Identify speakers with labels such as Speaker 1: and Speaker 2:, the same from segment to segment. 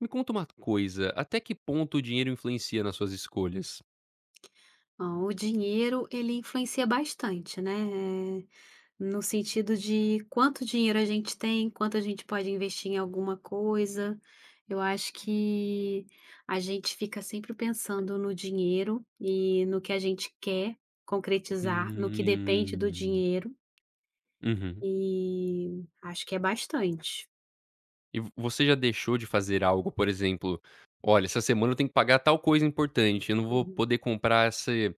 Speaker 1: Me conta uma coisa, até que ponto o dinheiro influencia nas suas escolhas?
Speaker 2: Ó, o dinheiro ele influencia bastante, né, eh, no sentido de quanto dinheiro a gente tem, quanto a gente pode investir em alguma coisa. Eu acho que a gente fica sempre pensando no dinheiro e no que a gente quer concretizar, no que depende do
Speaker 1: Hum.
Speaker 2: dinheiro,
Speaker 1: Uhum.
Speaker 2: e acho que é bastante.
Speaker 1: E vo você já deixou de fazer algo, por exemplo: "Olha, essa semana eu tenho que pagar tal coisa importante, eu não vou
Speaker 2: Uhum.
Speaker 1: poder comprar esse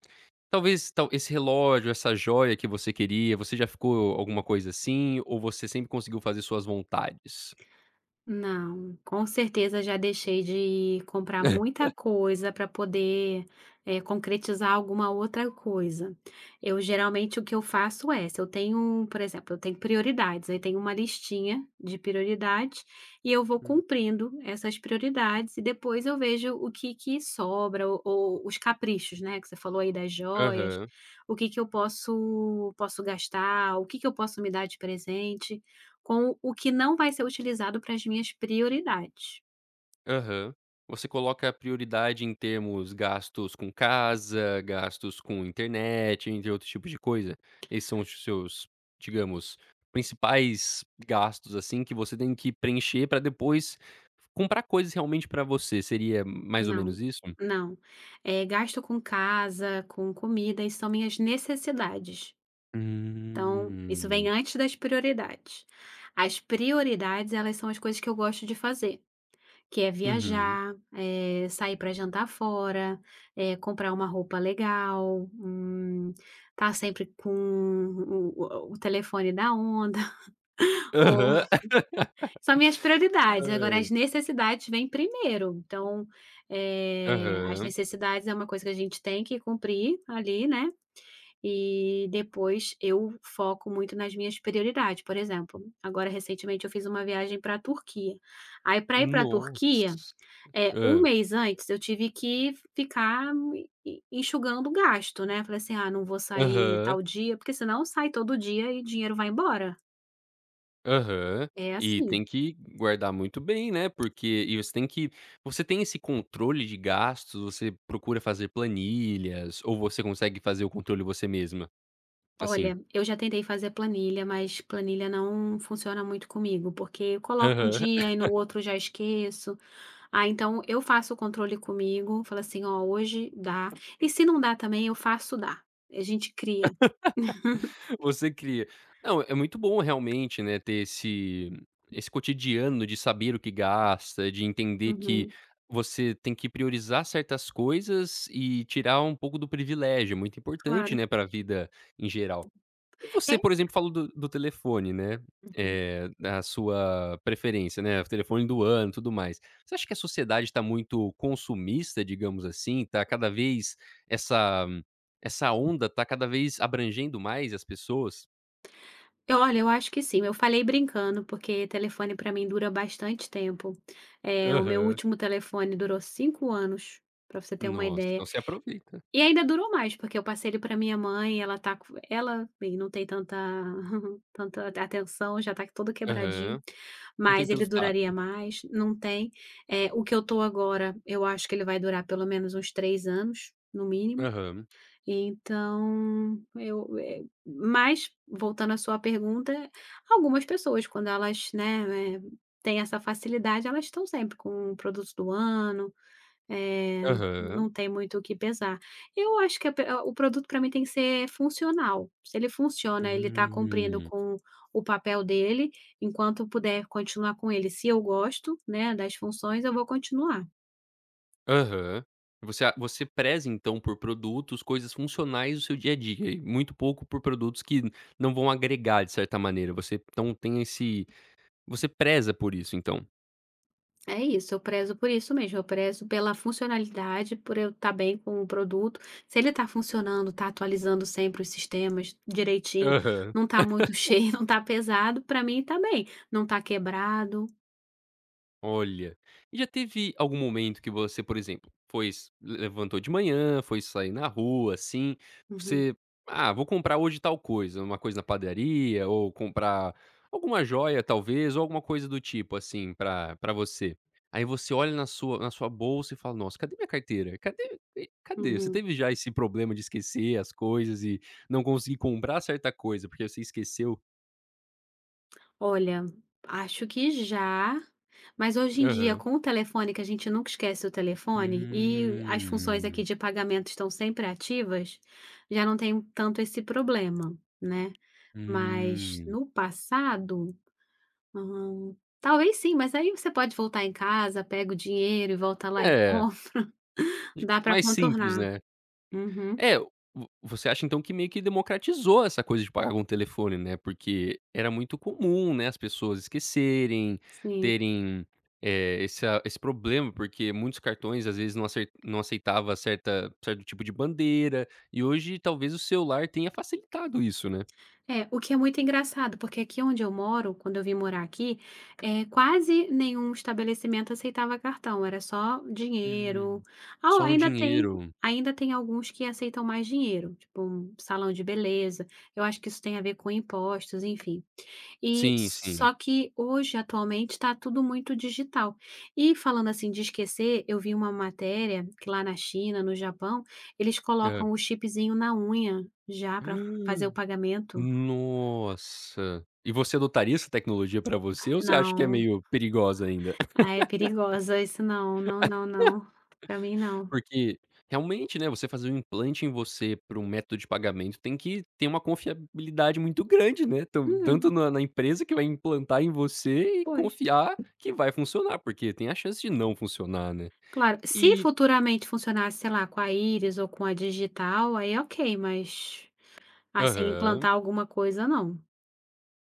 Speaker 1: talvez tal esse relógio, essa joia que você queria". Você já ficou alguma coisa assim, ou você sempre conseguiu fazer suas vontades?
Speaker 2: Não, com certeza já deixei de comprar muita coisa para poder, concretizar alguma outra coisa. Eu geralmente o que eu faço é, se eu tenho, por exemplo, eu tenho prioridades, aí tenho uma listinha de prioridades e eu vou
Speaker 1: Hum.
Speaker 2: cumprindo essas prioridades e depois eu vejo o que que sobra ou os caprichos, né, que você falou aí das joias,
Speaker 1: Aham.
Speaker 2: o que que eu posso gastar, o que que eu posso me dar de presente com o que não vai ser utilizado para as minhas prioridades.
Speaker 1: Aham. Você coloca a prioridade em termos gastos com casa, gastos com internet, entre outros tipos de coisa? Esses são os seus, digamos, principais gastos, assim, que você tem que preencher para depois comprar coisas realmente para você, seria mais ou menos
Speaker 2: Não,
Speaker 1: isso?
Speaker 2: não. Gasto com casa, com comida, isso são minhas necessidades. Então, isso vem
Speaker 1: Hum.
Speaker 2: antes das prioridades. As prioridades, elas são as coisas que eu gosto de fazer, que é
Speaker 1: Uhum.
Speaker 2: viajar, sair para jantar fora, comprar uma roupa legal, tá sempre com o telefone da onda, ou
Speaker 1: Aham.
Speaker 2: São minhas prioridades, agora as necessidades vêm primeiro. Então, as
Speaker 1: Aham.
Speaker 2: necessidades é uma coisa que a gente tem que cumprir ali, né, e depois eu foco muito nas minhas prioridades. Por exemplo, agora recentemente eu fiz uma viagem para a Turquia. Aí para ir para a Turquia,
Speaker 1: Nossa.
Speaker 2: um
Speaker 1: Hã.
Speaker 2: mês antes eu tive que ficar e enxugando gasto, né. Falei assim: "Ah, não vou sair
Speaker 1: Aham.
Speaker 2: tal dia", porque senão sai todo dia e dinheiro vai embora.
Speaker 1: Aham.
Speaker 2: É
Speaker 1: E
Speaker 2: assim.
Speaker 1: tem que guardar muito bem, né, porque você tem que você tem esse controle de gastos, você procura fazer planilhas ou você consegue fazer o controle você mesma? Assim.
Speaker 2: Olha, eu já tentei fazer planilha, mas planilha não funciona muito comigo, porque eu coloco um
Speaker 1: Aham.
Speaker 2: dia e no outro já esqueço. Ah, então eu faço o controle comigo, falo assim, ó, hoje dá. E se não dá também, eu faço dar. A gente cria.
Speaker 1: Você cria. Não, é muito bom realmente, né, ter esse cotidiano de saber o que gasta, de entender que
Speaker 2: Uhum,
Speaker 1: você tem que priorizar certas coisas e tirar um pouco do privilégio, é muito importante,
Speaker 2: claro.
Speaker 1: né, para a vida em geral. E você,
Speaker 2: É,
Speaker 1: por exemplo, falou do telefone, né,
Speaker 2: uhum.
Speaker 1: da sua preferência, né, o telefone do ano, tudo mais. Você acha que a sociedade está muito consumista, digamos assim? Tá cada vez essa essa onda tá cada vez abrangendo mais as pessoas?
Speaker 2: Olha, eu acho que sim. Eu falei brincando, porque telefone para mim dura bastante tempo. É, o meu
Speaker 1: Aham.
Speaker 2: último telefone durou 5 anos, para você ter uma
Speaker 1: Nossa,
Speaker 2: ideia.
Speaker 1: então você aproveita.
Speaker 2: E ainda durou mais, porque eu passei ele para minha mãe, ela tá co ela bem, não tem tanta tanta atenção, já tá todo quebradinho,
Speaker 1: Aham. Não tem
Speaker 2: mas ele
Speaker 1: tanto
Speaker 2: duraria
Speaker 1: tato.
Speaker 2: mais, não tem. O que eu tô agora, eu acho que ele vai durar pelo menos uns 3 anos, no mínimo.
Speaker 1: Aham.
Speaker 2: Então eu, eh Mas, voltando à sua pergunta, algumas pessoas quando elas, né, têm essa facilidade, elas estão sempre com o produto do ano, eh,
Speaker 1: Aham.
Speaker 2: não tem muito o que pesar. Eu acho que a pe o produto para mim tem que ser funcional. Se ele funciona, ele está cumprindo
Speaker 1: Hum.
Speaker 2: com o papel dele, enquanto eu puder continuar com ele, se eu gosto, né, das funções, eu vou continuar.
Speaker 1: Aham. Você a você preza então por produtos, coisas funcionais do seu dia a dia e muito pouco por produtos que não vão agregar de certa maneira, você preza por isso então?
Speaker 2: É isso, eu prezo por isso mesmo, eu prezo pela funcionalidade, por eu estar bem com o produto. Se ele está funcionando, está atualizando sempre os sistemas direitinho,
Speaker 1: Aham.
Speaker 2: não está muito cheio, não está pesado, para mim está bem. Não está quebrado.
Speaker 1: Olha, e já teve algum momento que você, por exemplo, foi s levantou de manhã, foi sair na rua, assim,
Speaker 2: Uhum,
Speaker 1: você: "Ah, vou comprar hoje tal coisa", uma coisa na padaria ou comprar alguma joia, talvez, ou alguma coisa do tipo, assim, pra você. Aí você olha na sua bolsa e fala: "Nossa, cadê minha carteira? Cadê?" Você
Speaker 2: uhum.
Speaker 1: teve já esse problema de esquecer as coisas e não conseguir comprar certa coisa porque você esqueceu?
Speaker 2: Olha, acho que já, mas hoje em dia
Speaker 1: Aham.
Speaker 2: com o telefone, que a gente nunca esquece o telefone, e as funções aqui
Speaker 1: Hum,
Speaker 2: de pagamento estão sempre ativas, já não tem tanto esse problema, né. Mas
Speaker 1: hum.
Speaker 2: no passado, talvez sim, mas aí você pode voltar em casa, pega o dinheiro e volta lá e
Speaker 1: É,
Speaker 2: compra,
Speaker 1: de
Speaker 2: dá para
Speaker 1: mais simples,
Speaker 2: contornar.
Speaker 1: né.
Speaker 2: Uhum,
Speaker 1: É, vo você acha então que meio que democratizou essa coisa de pagar com o telefone, né, porque era muito comum, né, as pessoas esquecerem,
Speaker 2: sim.
Speaker 1: terem, é, esse problema, porque muitos cartões às vezes não aceitava certa certo tipo de bandeira, e hoje talvez o celular tenha facilitado isso, né.
Speaker 2: É, o que é muito engraçado, porque aqui onde eu moro, quando eu vim morar aqui, é quase nenhum estabelecimento aceitava cartão, era só dinheiro.
Speaker 1: Hum.
Speaker 2: Ah,
Speaker 1: Só no
Speaker 2: ainda tem
Speaker 1: dinheiro.
Speaker 2: ainda tem alguns que aceitam mais dinheiro, tipo um salão de beleza, eu acho que isso tem a ver com impostos, enfim. E
Speaker 1: Sim, sim.
Speaker 2: só que hoje, atualmente, está tudo muito digital. E falando assim de esquecer, eu vi uma matéria que lá na China, no Japão, eles
Speaker 1: Hã.
Speaker 2: colocam o chipzinho na unha já para fazer o pagamento.
Speaker 1: Nossa. E você adotaria essa tecnologia pra você ou você acha que é
Speaker 2: Não,
Speaker 1: meio perigosa ainda?
Speaker 2: ah, é perigosa isso não, não, não, não, pra mim não.
Speaker 1: Porque realmente, né, você fazer um implante em você para um método de pagamento tem que ter uma confiabilidade muito grande, né, tam tanto
Speaker 2: Hum,
Speaker 1: na empresa que vai implantar em você e
Speaker 2: Pois,
Speaker 1: confiar que vai funcionar, porque tem a chance de não funcionar, né.
Speaker 2: claro, se
Speaker 1: E
Speaker 2: futuramente funcionasse, sei lá, com a íris ou com a digital, aí é ok, mas assim,
Speaker 1: aham.
Speaker 2: implantar alguma coisa não.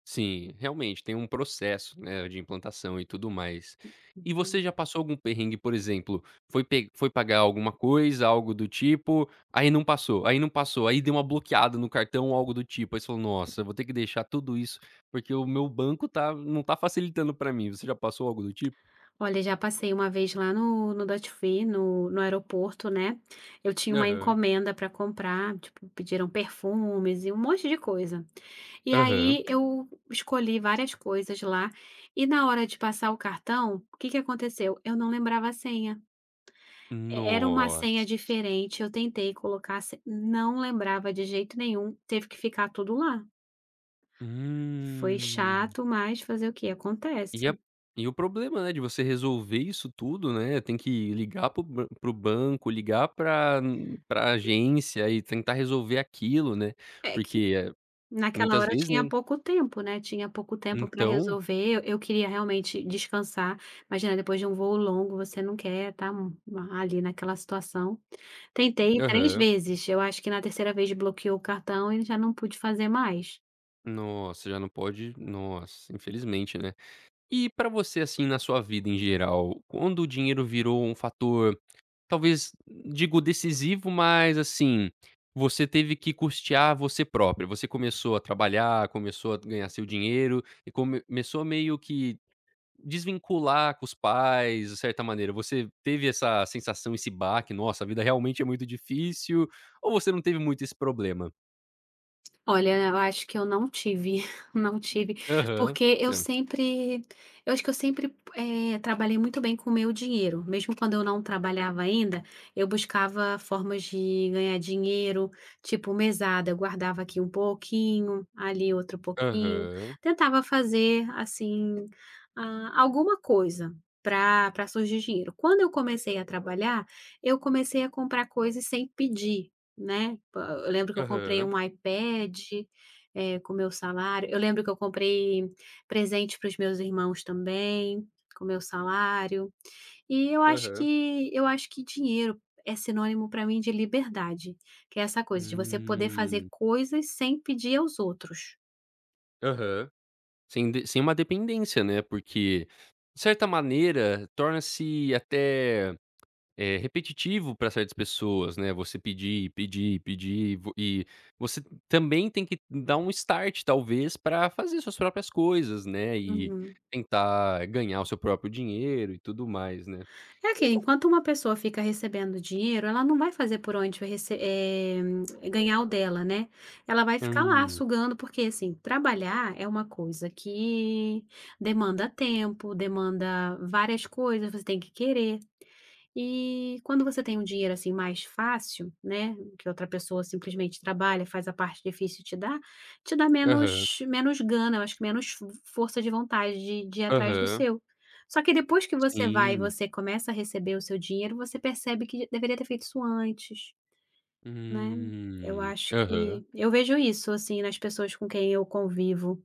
Speaker 1: Sim, realmente tem um processo, né, de implantação e tudo mais. E você
Speaker 2: Uhum.
Speaker 1: já passou algum perrengue, por exemplo, foi pagar alguma coisa, algo do tipo, aí não passou, aí deu uma bloqueada no cartão algo do tipo, aí você falou: "Nossa, eu vou ter que deixar tudo isso, porque o meu banco tá não tá facilitando pra mim". Você já passou algo do tipo?
Speaker 2: Olha, já passei uma vez lá no duty free, no aeroporto, né, eu tinha uma
Speaker 1: Aham,
Speaker 2: encomenda para comprar, tipo, pediram perfumes e um monte de coisa. E
Speaker 1: aham.
Speaker 2: aí eu escolhi várias coisas lá, e na hora de passar o cartão, o que que aconteceu? Eu não lembrava a senha. E era uma senha
Speaker 1: Nossa.
Speaker 2: diferente, eu tentei colocar a se não lembrava de jeito nenhum, teve que ficar tudo lá. Foi
Speaker 1: Hum.
Speaker 2: chato, mas fazer o que. Acontece.
Speaker 1: E a e o problema, né, de você resolver isso tudo, né, tem que ligar pro o ban para banco, ligar pra agência e tentar resolver aquilo, né,
Speaker 2: É que
Speaker 1: porque,
Speaker 2: naquela
Speaker 1: muitas
Speaker 2: hora
Speaker 1: vezes,
Speaker 2: tinha
Speaker 1: né
Speaker 2: pouco tempo, né, tinha pouco tempo para
Speaker 1: então
Speaker 2: resolver, eu queria realmente descansar, imagina depois de um voo longo você não quer estar ali naquela situação. Tentei 3
Speaker 1: aham.
Speaker 2: vezes, eu acho que na terceira vez bloqueou o cartão e já não pude fazer mais.
Speaker 1: Nossa, já não pode nossa, infelizmente, né. E pra você, assim, na sua vida em geral, quando o dinheiro virou um fator talvez, digo decisivo, mas assim, você teve que custear você próprio. Você começou a trabalhar, começou a ganhar seu dinheiro e começou meio que desvincular com os pais, de certa maneira. Você teve essa sensação, esse baque: "Nossa, a vida realmente é muito difícil", ou você não teve muito esse problema?
Speaker 2: Olha, eu acho que eu não tive, não tive,
Speaker 1: Aham.
Speaker 2: porque
Speaker 1: Olha.
Speaker 2: eu acho que eu sempre, trabalhei muito bem com o meu dinheiro. Mesmo quando eu não trabalhava ainda, eu buscava formas de ganhar dinheiro, tipo mesada, eu guardava aqui um pouquinho, ali outro pouquinho,
Speaker 1: Aham.
Speaker 2: tentava fazer, assim, ah, alguma coisa para surgir dinheiro. Quando eu comecei a trabalhar, eu comecei a comprar coisas sem pedir. Né, pa eu lembro que eu comprei
Speaker 1: Aham.
Speaker 2: um iPad, com o meu salário. Eu lembro que eu comprei presente para os meus irmãos também, com o meu salário. E
Speaker 1: Aham.
Speaker 2: eu acho que dinheiro é sinônimo para mim de liberdade, que é essa coisa de você poder fazer
Speaker 1: Hum.
Speaker 2: coisas sem pedir aos outros.
Speaker 1: Aham. Sem uma dependência, né, porque, de certa maneira, torna-se até, repetitivo para certas pessoas, né, você pedir, pedir, pedir, vo e você também tem que dar um start, talvez, para fazer suas próprias coisas, né, e
Speaker 2: Uhum.
Speaker 1: tentar ganhar o seu próprio dinheiro e tudo mais, né.
Speaker 2: É
Speaker 1: E
Speaker 2: aquilo,
Speaker 1: vo
Speaker 2: enquanto uma pessoa fica recebendo dinheiro, ela não vai fazer por onde vai ganhar o dela, né. Ela vai ficar lá
Speaker 1: hum.
Speaker 2: sugando, porque, assim, trabalhar é uma coisa que demanda tempo, demanda várias coisas, você tem que querer, e quando você tem um dinheiro, assim, mais fácil, né, que outra pessoa simplesmente trabalha, faz a parte difícil e te dá
Speaker 1: Aham,
Speaker 2: menos gana, eu acho que menos fo força de vontade de ir atrás do
Speaker 1: aham.
Speaker 2: seu. Só que depois que você vai e
Speaker 1: Sim.
Speaker 2: você começa a receber o seu dinheiro, você percebe que deveria ter feito isso antes, né. Eu
Speaker 1: Hum.
Speaker 2: acho
Speaker 1: Aham.
Speaker 2: que eu vejo isso, assim, nas pessoas com quem eu convivo.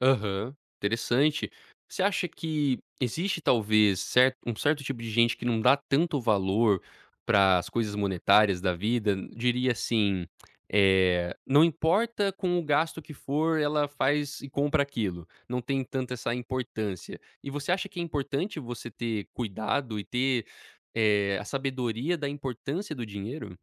Speaker 1: Aham, interessante. Você acha que existe talvez cer um certo tipo de gente que não dá tanto valor para as coisas monetárias da vida? Diria assim, não importa com o gasto que for, ela faz e compra aquilo, não tem tanta essa importância. E você acha que é importante você ter cuidado e ter, a sabedoria da importância do dinheiro?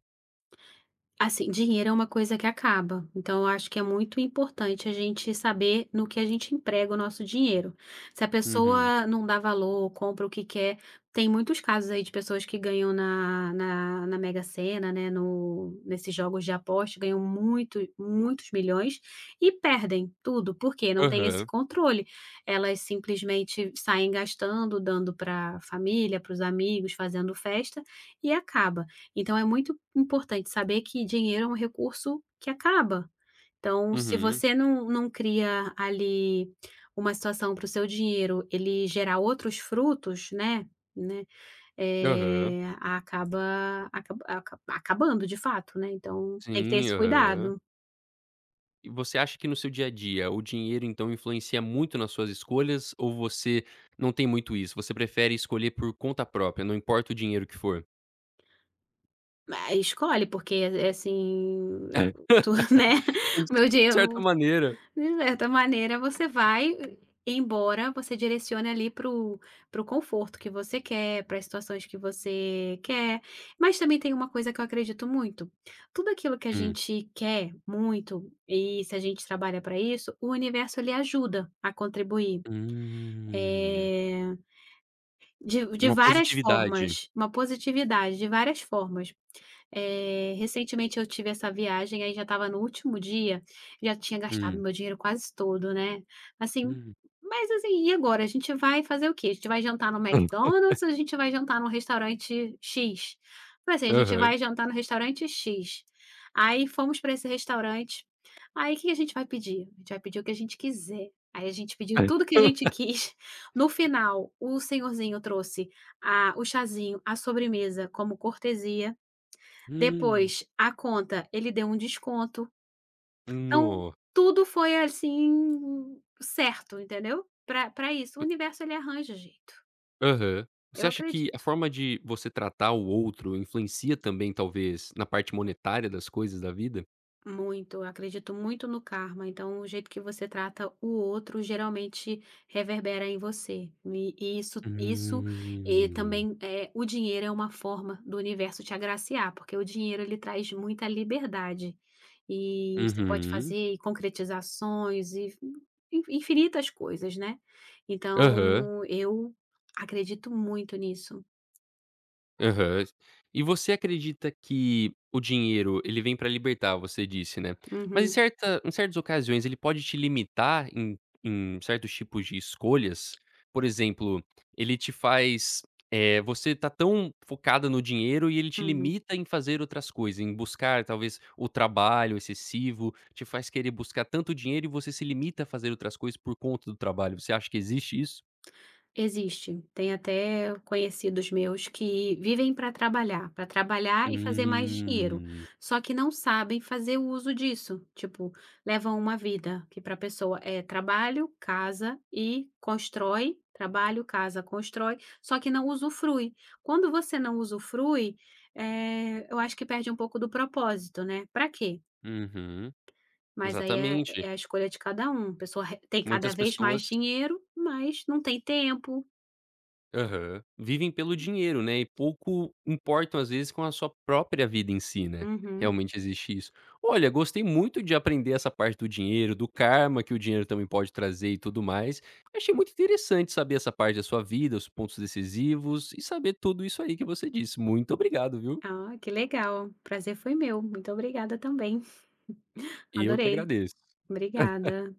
Speaker 2: Assim, dinheiro é uma coisa que acaba, então eu acho que é muito importante a gente saber no que a gente emprega o nosso dinheiro. Se a
Speaker 1: Uhum.
Speaker 2: pessoa não dá valor, compra o que quer, tem muitos casos aí de pessoas que ganham na Mega Sena, né, no nesses jogos de aposta, ganham muitos milhões e perdem tudo, porque não tem esse
Speaker 1: Aham.
Speaker 2: controle. Elas simplesmente saem gastando, dando pra família, para os amigos, fazendo festa e acaba. Então é muito importante saber que dinheiro é um recurso que acaba. Então, se
Speaker 1: Uhum.
Speaker 2: você não cria ali uma situação para o seu dinheiro ele gerar outros frutos, né,
Speaker 1: Aham.
Speaker 2: acabando de fato, né, então tem que ter
Speaker 1: Sim,
Speaker 2: esse
Speaker 1: aham.
Speaker 2: cuidado.
Speaker 1: E você acha que no seu dia a dia o dinheiro então influencia muito nas suas escolhas ou você não tem muito isso? Você prefere escolher por conta própria, não importa o dinheiro que for?
Speaker 2: Ah, escolhe, porque, assim,
Speaker 1: É.
Speaker 2: tu né,
Speaker 1: De
Speaker 2: o meu dinheiro.
Speaker 1: certa maneira.
Speaker 2: De certa maneira, você vai embora, você direciona ali para o conforto que você quer, para as situações que você quer. Mas também tem uma coisa que eu acredito muito: tudo aquilo que a
Speaker 1: Hum.
Speaker 2: gente quer muito, e se a gente trabalha para isso, o universo ele ajuda a contribuir.
Speaker 1: Hum.
Speaker 2: Eh, de
Speaker 1: Uma
Speaker 2: várias
Speaker 1: positividade.
Speaker 2: formas, uma positividade de várias formas. Recentemente eu tive essa viagem, aí já estava no último dia, já tinha gastado
Speaker 1: Hum.
Speaker 2: meu dinheiro quase todo, né. Assim,
Speaker 1: Hum.
Speaker 2: mas assim, e agora? A gente vai fazer o quê? A gente vai jantar no
Speaker 1: Hum.
Speaker 2: McDonald's ou a gente vai jantar no restaurante X? Falei assim: "A gente
Speaker 1: Aham.
Speaker 2: vai jantar no restaurante X". Aí fomos para esse restaurante, aí o que que a gente vai pedir? A gente vai pedir o que a gente quiser. Aí a gente pediu tudo que a gente quis. No final, o senhorzinho trouxe a o chazinho, a sobremesa como cortesia.
Speaker 1: Hum.
Speaker 2: Depois, a conta, ele deu um desconto. Então,
Speaker 1: No
Speaker 2: tudo foi, assim, certo, entendeu? Para pra isso, o universo ele arranja jeito,
Speaker 1: Aham.
Speaker 2: eu
Speaker 1: Você acha que a
Speaker 2: acredito.
Speaker 1: forma de você tratar o outro influencia também talvez na parte monetária das coisas da vida?
Speaker 2: Muito, eu acredito muito no karma, então o jeito que você trata o outro geralmente reverbera em você. E isso, e
Speaker 1: Hum.
Speaker 2: também é, o dinheiro é uma forma do universo te agraciar, porque o dinheiro ele traz muita liberdade e você pode
Speaker 1: Uhum.
Speaker 2: fazer e concretizar sonhos e infinitas coisas, né?
Speaker 1: Aham,
Speaker 2: Então eu acredito muito nisso.
Speaker 1: aham. E você acredita que o dinheiro, ele vem pra libertar, você disse, né. Mas em
Speaker 2: Uhum,
Speaker 1: certa em certas ocasiões, ele pode te limitar em certos tipos de escolhas? Por exemplo, ele te faz, você tá tão focada no dinheiro e ele te
Speaker 2: uhum.
Speaker 1: limita em fazer outras coisas, em buscar talvez o trabalho excessivo, te faz querer buscar tanto dinheiro e você se limita a fazer outras coisas por conta do trabalho. Você acha que existe isso?
Speaker 2: Existe. Tem até conhecidos meus que vivem para trabalhar e fazer mais dinheiro,
Speaker 1: Hum.
Speaker 2: só que não sabem fazer o uso disso. Tipo, levam uma vida que para a pessoa é trabalho, casa e constrói, trabalho, casa, constrói, só que não usufrui. Quando você não usufrui, eu acho que perde um pouco do propósito, né. Para quê?
Speaker 1: Uhum.
Speaker 2: Mas aí é
Speaker 1: Exatamente.
Speaker 2: a escolha de cada um. A Pessoa re tem cada
Speaker 1: Muitas
Speaker 2: vez
Speaker 1: pessoas
Speaker 2: mais dinheiro, mas não tem tempo.
Speaker 1: aham. Vivem pelo dinheiro, né, e pouco importam, às vezes, com a sua própria vida em si, né.
Speaker 2: Uhum.
Speaker 1: Realmente existe isso. Olha, gostei muito de aprender essa parte do dinheiro, do karma que o dinheiro também pode trazer e tudo mais. Achei muito interessante saber essa parte da sua vida, os pontos decisivos e saber tudo isso aí que você disse. Muito obrigado, viu.
Speaker 2: Ah, que legal. Prazer foi meu. Muito obrigada também.
Speaker 1: Eu que
Speaker 2: Adorei.
Speaker 1: agradeço.
Speaker 2: Obrigada.